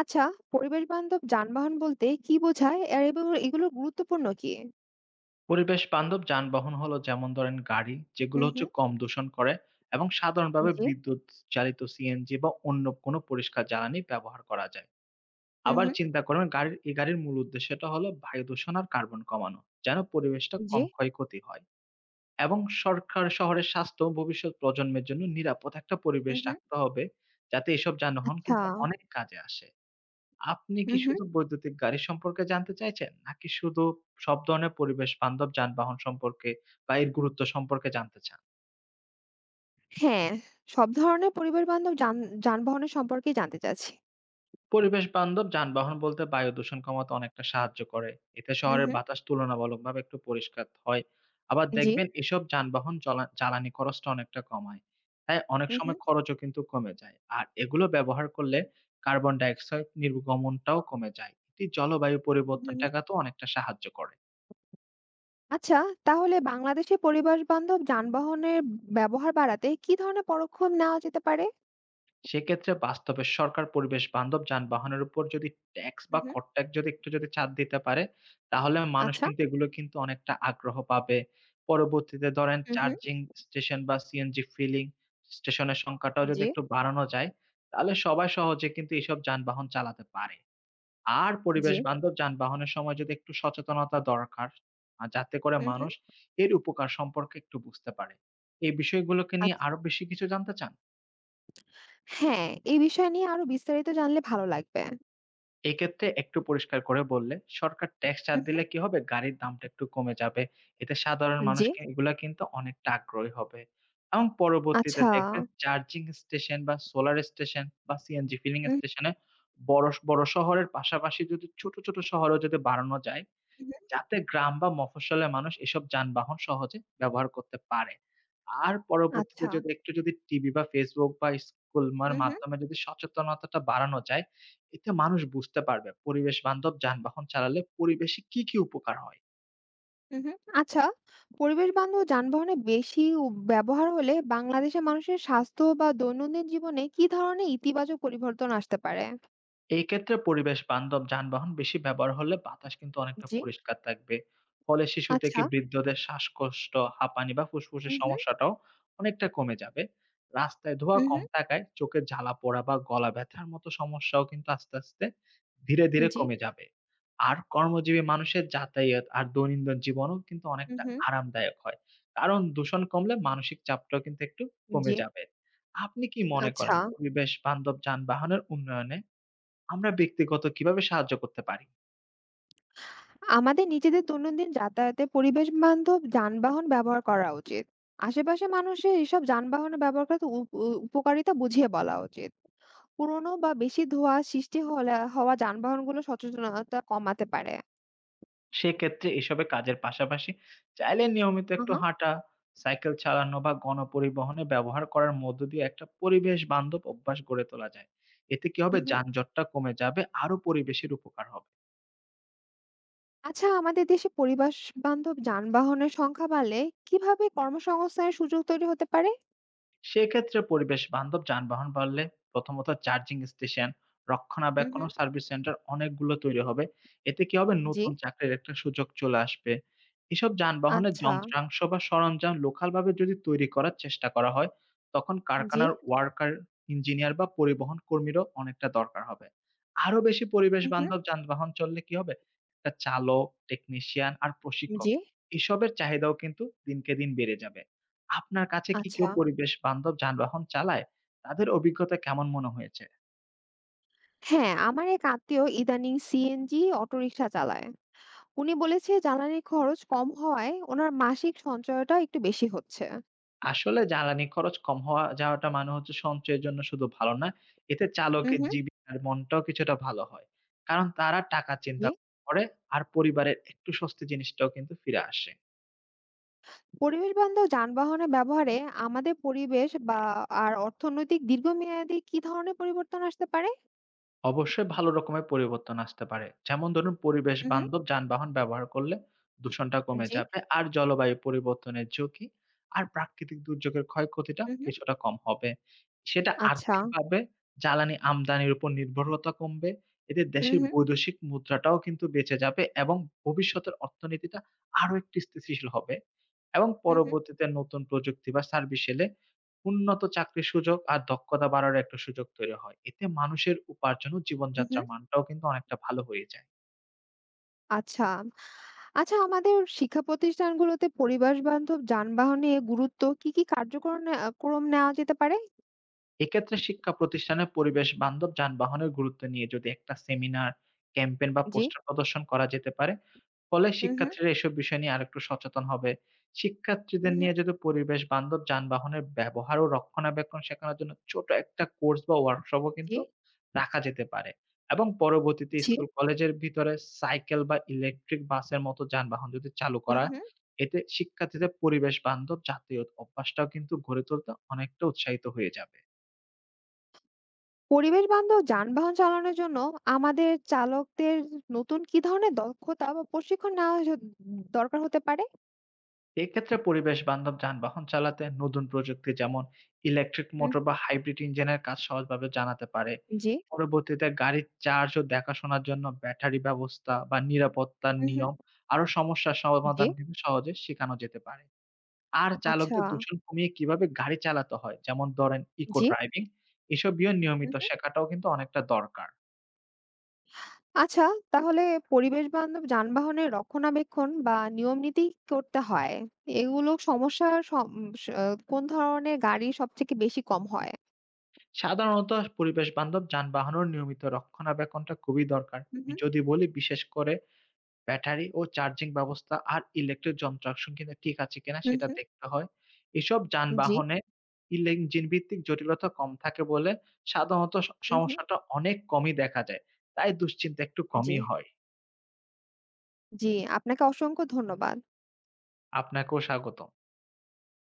আচ্ছা, পরিবেশ বান্ধব যানবাহন বলতে কি বোঝায়? এবং এগুলোর গুরুত্বপূর্ণ কি? পরিবেশ বান্ধব যানবাহন হলো যেমন ধরেন গাড়ি যেগুলো হুম, হচ্ছে হুম। কম দূষণ করে এবং সাধারণভাবে জি। বিদ্যুৎ চালিত সিএনজি বা অন্য কোনো পরিষ্কার জ্বালানি ব্যবহার করা যায়। হুম, আবার হুম। চিন্তা করেন এই গাড়ির মূল উদ্দেশ্যটা হলো বায়ু দূষণ আর কার্বন কমানো, যেন পরিবেশটা জি। কম ক্ষয়ক্ষতি হয় এবং সরকার শহরের স্বাস্থ্য ভবিষ্যৎ প্রজন্মের জন্য নিরাপদ একটা পরিবেশ হুম, হুম। রাখতে হবে, যাতে এসব যানবাহন আচ্ছা। কিন্তু অনেক কাজে আসে। আপনি কি হুম, হুম। শুধু বৈদ্যুতিক গাড়ি সম্পর্কে জানতে চাইছেন? নাকি শুধু সব ধরনের পরিবেশ বান্ধব যানবাহন সম্পর্কে বা এর গুরুত্ব সম্পর্কে জানতে চান? হ্যাঁ, সব ধরনের পরিবেশ বান্ধব যানবাহনের সম্পর্কেই জানতে চাচ্ছি। পরিবেশ বান্ধব যানবাহন বলতে বায়ু দূষণ কমাতে অনেকটা সাহায্য করে। এতে হুম, শহরের হুম। বাতাস তুলনামূলকভাবে একটু পরিষ্কার হয়। আবার জি। দেখবেন এসব যানবাহন চলা জ্বালানি খরচটা অনেকটা কমায়। তাই অনেক হুম, সময় হুম। খরচও কিন্তু কমে যায়। আর এগুলো ব্যবহার করলে কার্বন ডাইঅক্সাইড নির্গমনটাও কমে যায়। এটি জলবায়ু হুম, পরিবর্তন হুম। ঠেকাতেও অনেকটা সাহায্য করে। আচ্ছা, তাহলে বাংলাদেশে পরিবেশ বান্ধব যানবাহনের ব্যবহার বাড়াতে কি ধরনের পদক্ষেপ নেওয়া যেতে পারে? সেক্ষেত্রে বাস্তবে সরকার পরিবেশ বান্ধব যানবাহনের উপর যদি ট্যাক্স বা হুম, হুম। কর ট্যাক্স যদি একটু যদি ছাড় দিতে পারে, তাহলে মানুষ আচ্ছা। কিন্তু এগুলো কিন্তু অনেকটা আগ্রহ পাবে। পরবর্তীতে ধরেন হুম, হুম। চার্জিং স্টেশন বা সিএনজি ফিলিং স্টেশনের সংখ্যাটাও যদি জি, একটু বাড়ানো যায়, তাহলে সবাই সহজে কিন্তু এসব যানবাহন চালাতে পারে। আর জি। পরিবেশ বান্ধব যানবাহনের সময় যদি একটু সচেতনতা দরকার, যাতে করে হুম, হুম। মানুষ এর উপকার সম্পর্কে একটু বুঝতে পারে। এই বিষয়গুলোকে নিয়ে আচ্ছা। আরো বেশি কিছু জানতে চান? হ্যাঁ, এই বিষয় নিয়ে আরো বিস্তারিত জানলে ভালো লাগবে। এক্ষেত্রে একটু পরিষ্কার করে বললে সরকার ট্যাক্স ছাড় হুম, হুম। দিলে কি হবে? গাড়ির দামটা একটু কমে যাবে। এতে সাধারণ মানুষ জি। কি এগুলা কিন্তু অনেকটা আগ্রহী হবে। এবং পরবর্তীতে আচ্ছা। দেখবেন চার্জিং স্টেশন বা সোলার স্টেশন বা সিএনজি ফিলিং হুম, স্টেশনে বড়, বড় শহরের পাশাপাশি যদি ছোট, ছোট শহরেও যদি বাড়ানো যায়, হুম, হুম, যাতে গ্রাম বা মফস্বলের মানুষ এসব যানবাহন সহজে ব্যবহার করতে পারে। আর পরবর্তীতে আচ্ছা। যদি একটু টিভি বা Facebook বা স্কুল মার হুম, হুম, মাধ্যমে যদি সচেতনতাটা বাড়ানো যায়, এতে মানুষ বুঝতে পারবে পরিবেশ বান্ধব যানবাহন চালালে পরিবেশে কি, কি উপকার হয়। হুম, হুম। আচ্ছা, পরিবেশ বান্ধব যানবাহনে বেশি উ ব্যবহার হলে বাংলাদেশের মানুষের স্বাস্থ্য বা দৈনন্দিন জীবনে কি ধরনের ইতিবাচক পরিবর্তন আসতে পারে? এই ক্ষেত্রে পরিবেশ বান্ধব যানবাহন বেশি ব্যবহার হলে বাতাস কিন্তু অনেকটা জি। পরিষ্কার থাকবে। ফলে শিশু থেকে আচ্ছা। বৃদ্ধদের শ্বাসকষ্ট, হাঁপানি বা ফুসফুসের হুম, হুম, সমস্যাটাও অনেকটা কমে যাবে। রাস্তায় ধোঁয়া হুম, কম হুম। থাকায় চোখে জ্বালা পোড়া বা গলা ব্যথার মতো সমস্যাও কিন্তু আস্তে, আস্তে ধীরে, ধীরে জি। কমে যাবে। আর কর্মজীবী মানুষের যাতায়াত আর দৈনন্দিন জীবনও কিন্তু হুম, অনেকটা হুম। আরামদায়ক হয়। কারণ দূষণ কমলে মানসিক চাপটাও কিন্তু একটু কমে জি, যাবে। আপনি কি মনে আচ্ছা। করেন পরিবেশ বান্ধব যানবাহনের উন্নয়নে আমরা ব্যক্তিগত কিভাবে সাহায্য করতে পারি? আমাদের নিজেদের দৈনন্দিন যাতায়াতে পরিবেশ বান্ধব যানবাহন ব্যবহার করা উচিত। আশেপাশে মানুষের এসব যানবাহনের ব্যবহার করার উপ উ উপকারিতা বুঝিয়ে বলা উচিত। পুরোনো বা বেশি ধোঁয়া সৃষ্টি হওয়া যানবাহনগুলো সচেতনতা কমাতে পারে। সেক্ষেত্রে এসবের কাজের পাশাপাশি চাইলে নিয়মিত আ একটু হা, হাঁটা, সাইকেল চালানো বা গণপরিবহনে ব্যবহার করার মধ্য দিয়ে একটা পরিবেশ বান্ধব অভ্যাস গড়ে তোলা যায়। এতে কি হু, হবে? হু। যানজটটা কমে যাবে, আরো পরিবেশের উপকার হবে। আচ্ছা, আমাদের দেশে পরিবেশ বান্ধব যানবাহনের সংখ্যা বাড়লে কিভাবে কর্মসংস্থানের সুযোগ তৈরি হতে পারে? সেক্ষেত্রে পরিবেশ বান্ধব যানবাহন বাড়লে প্রথমত চার্জিং স্টেশন, হু, রক্ষণাবেক্ষণ হু। ও সার্ভিস সেন্টার অনেকগুলো তৈরি হবে। এতে কি হবে জি। নতুন চাকরির একটা সুযোগ চলে আসবে। এসব যানবাহনের আচ্ছা, যন্ত্রাংশ বা সরঞ্জাম লোকাল ভাবে যদি তৈরি করার চেষ্টা করা হয়, তখন জি। কারখানার ওয়ার্কার, ইঞ্জিনিয়ার বা পরিবহন কর্মীরও অনেকটা দরকার হবে। আরো বেশি পরিবেশ হু, হু। বান্ধব যানবাহন চললে কি হবে? একটা চালক, টেকনিশিয়ান আর প্রশিক্ষক জি। এসবের চাহিদাও কিন্তু দিনকে দিন বেড়ে যাবে। আপনার কাছে কি কেউ আচ্ছা। পরিবেশ বান্ধব যানবাহন চালায়? তাদের অভিজ্ঞতা কেমন মনে হয়েছে? হ্যাঁ, আমার এক আত্মীয় ইদানিং সিএনজি অটোরিকশা চালায়। উনি বলেছে জ্বালানি খরচ কম হওয়ায় ওনার মাসিক সঞ্চয়টা একটু বেশি হচ্ছে। আসলে জ্বালানি খরচ কম হওয়া যাওয়াটা মানে হচ্ছে সঞ্চয়ের জন্য শুধু ভালো না, এতে হুম, চালকের হুম। জীবিকার মনটাও কিছুটা ভালো হয়। কারণ তারা টাকা চিন্তা জি। করে আর পরিবারের একটু স্বস্তি জিনিসটাও কিন্তু ফিরে আসে। পরিবেশ বান্ধব যানবাহনের ব্যবহারে আমাদের পরিবেশ বা আর অর্থনৈতিক দীর্ঘমেয়াদী কি ধরনের পরিবর্তন আসতে পারে? অবশ্যই ভালো রকমের পরিবর্তন আসতে পারে। যেমন ধরুন পরিবেশ হুম, হুম। বান্ধব যানবাহন ব্যবহার করলে দূষণটা কমে জি। যাবে। আর জলবায়ু পরিবর্তনের ঝুঁকি আর প্রাকৃতিক দুর্যোগের ক্ষয়ক্ষতিটা হুম, হুম। কিছুটা কম হবে। সেটা আচ্ছা। আর্থিকভাবে জ্বালানি আমদানির উপর নির্ভরতা কমবে। এতে হুম, দেশের হুম। বৈদেশিক মুদ্রাটাও কিন্তু বেঁচে যাবে এবং ভবিষ্যতের অর্থনীতিটা আরো একটু স্থিতিশীল হবে। এবং হুম, হুম। পরবর্তীতে নতুন প্রযুক্তি বা সার্ভিস এলে উন্নত চাকরির সুযোগ আর দক্ষতা বাড়ার একটা সুযোগ তৈরি হয়। এতে মানুষের উপার্জন ও হু, হুম। জীবনযাত্রার মানটাও কিন্তু অনেকটা ভালো হয়ে যায়। আচ্ছা। আচ্ছা, আমাদের শিক্ষা প্রতিষ্ঠানগুলোতে পরিবেশ বান্ধব যানবাহনে গুরুত্ব কি, কি কার্যক্রম ক্রম নেওয়া যেতে পারে? এক্ষেত্রে শিক্ষা প্রতিষ্ঠানে পরিবেশ বান্ধব যানবাহনের গুরুত্ব নিয়ে যদি একটা সেমিনার, ক্যাম্পেইন বা জি। পোস্টার প্রদর্শন করা যেতে পারে, ফলে হুম, হুম। শিক্ষার্থীরা এসব বিষয় নিয়ে আরেকটু সচেতন হবে। হুম, শিক্ষার্থীদের হুম। নিয়ে যদি পরিবেশ বান্ধব যানবাহনের ব্যবহার ও রক্ষণাবেক্ষণ শেখানোর জন্য ছোট একটা কোর্স বা ওয়ার্কশপও জি। কিন্তু রাখা যেতে পারে। এবং পরবর্তীতে জি। জি। স্কুল কলেজের ভিতরে সাইকেল বা ইলেকট্রিক বাসের মতো যানবাহন যদি চালু হুম, করা, হুম। এতে শিক্ষার্থীদের পরিবেশ বান্ধব যাতায়াত অভ্যাসটাও কিন্তু গড়ে তুলতে অনেকটা উৎসাহিত হয়ে যাবে। পরিবেশ বান্ধব যানবাহন চালানোর জন্য আমাদের চালকদের নতুন কি ধরনের দক্ষতা বা প্রশিক্ষণ দরকার হতে পারে। এক্ষেত্রে পরিবেশ বান্ধব যানবাহন চালাতে নতুন প্রযুক্তি যেমন ইলেকট্রিক হুম, মোটর বা হাইব্রিড ইঞ্জিনের কাজ সহজভাবে জানাতে পারে। হুম, জি। পরবর্তীতে গাড়ির চার্জ ও দেখাশোনার জন্য ব্যাটারি ব্যবস্থা বা নিরাপত্তার হুম, হুম। নিয়ম আরো সমস্যার জি। সমাধান কিন্তু সহজে শেখানো যেতে পারে। আর আচ্ছা, চালকদের দূষণ কমিয়ে কিভাবে গাড়ি চালাতে হয় যেমন ধরেন ইকো জি। ড্রাইভিং এসবীয় হুম, নিয়মিত হুম। শেখাটাও কিন্তু অনেকটা দরকার। আচ্ছা, তাহলে পরিবেশ বান্ধব যানবাহনের রক্ষণাবেক্ষণ বা নিয়ম নীতি করতে হয়, এগুলো সমস্যার কোন ধরনের গাড়ি সব থেকে বেশি কম হয়? সাধারণত পরিবেশ বান্ধব যানবাহনের নিয়মিত রক্ষণাবেক্ষণটা খুবই দরকার। হুম, হুম, যদি বলি বিশেষ করে ব্যাটারি ও চার্জিং ব্যবস্থা আর ইলেকট্রিক যন্ত্রাংশ কিনা ঠিক আছে কিনা হুম, সেটা দেখতে হয়। এসব হুম। জি। যানবাহনে ইঞ্জিন ভিত্তিক জটিলতা কম থাকে বলে সাধারণত হুম, হুম। সমস্যাটা অনেক কমই দেখা যায়। তাই দুশ্চিন্তা একটু জি, কমই হয়। জি। আপনাকে অসংখ্য ধন্যবাদ। আপনাকেও স্বাগতম।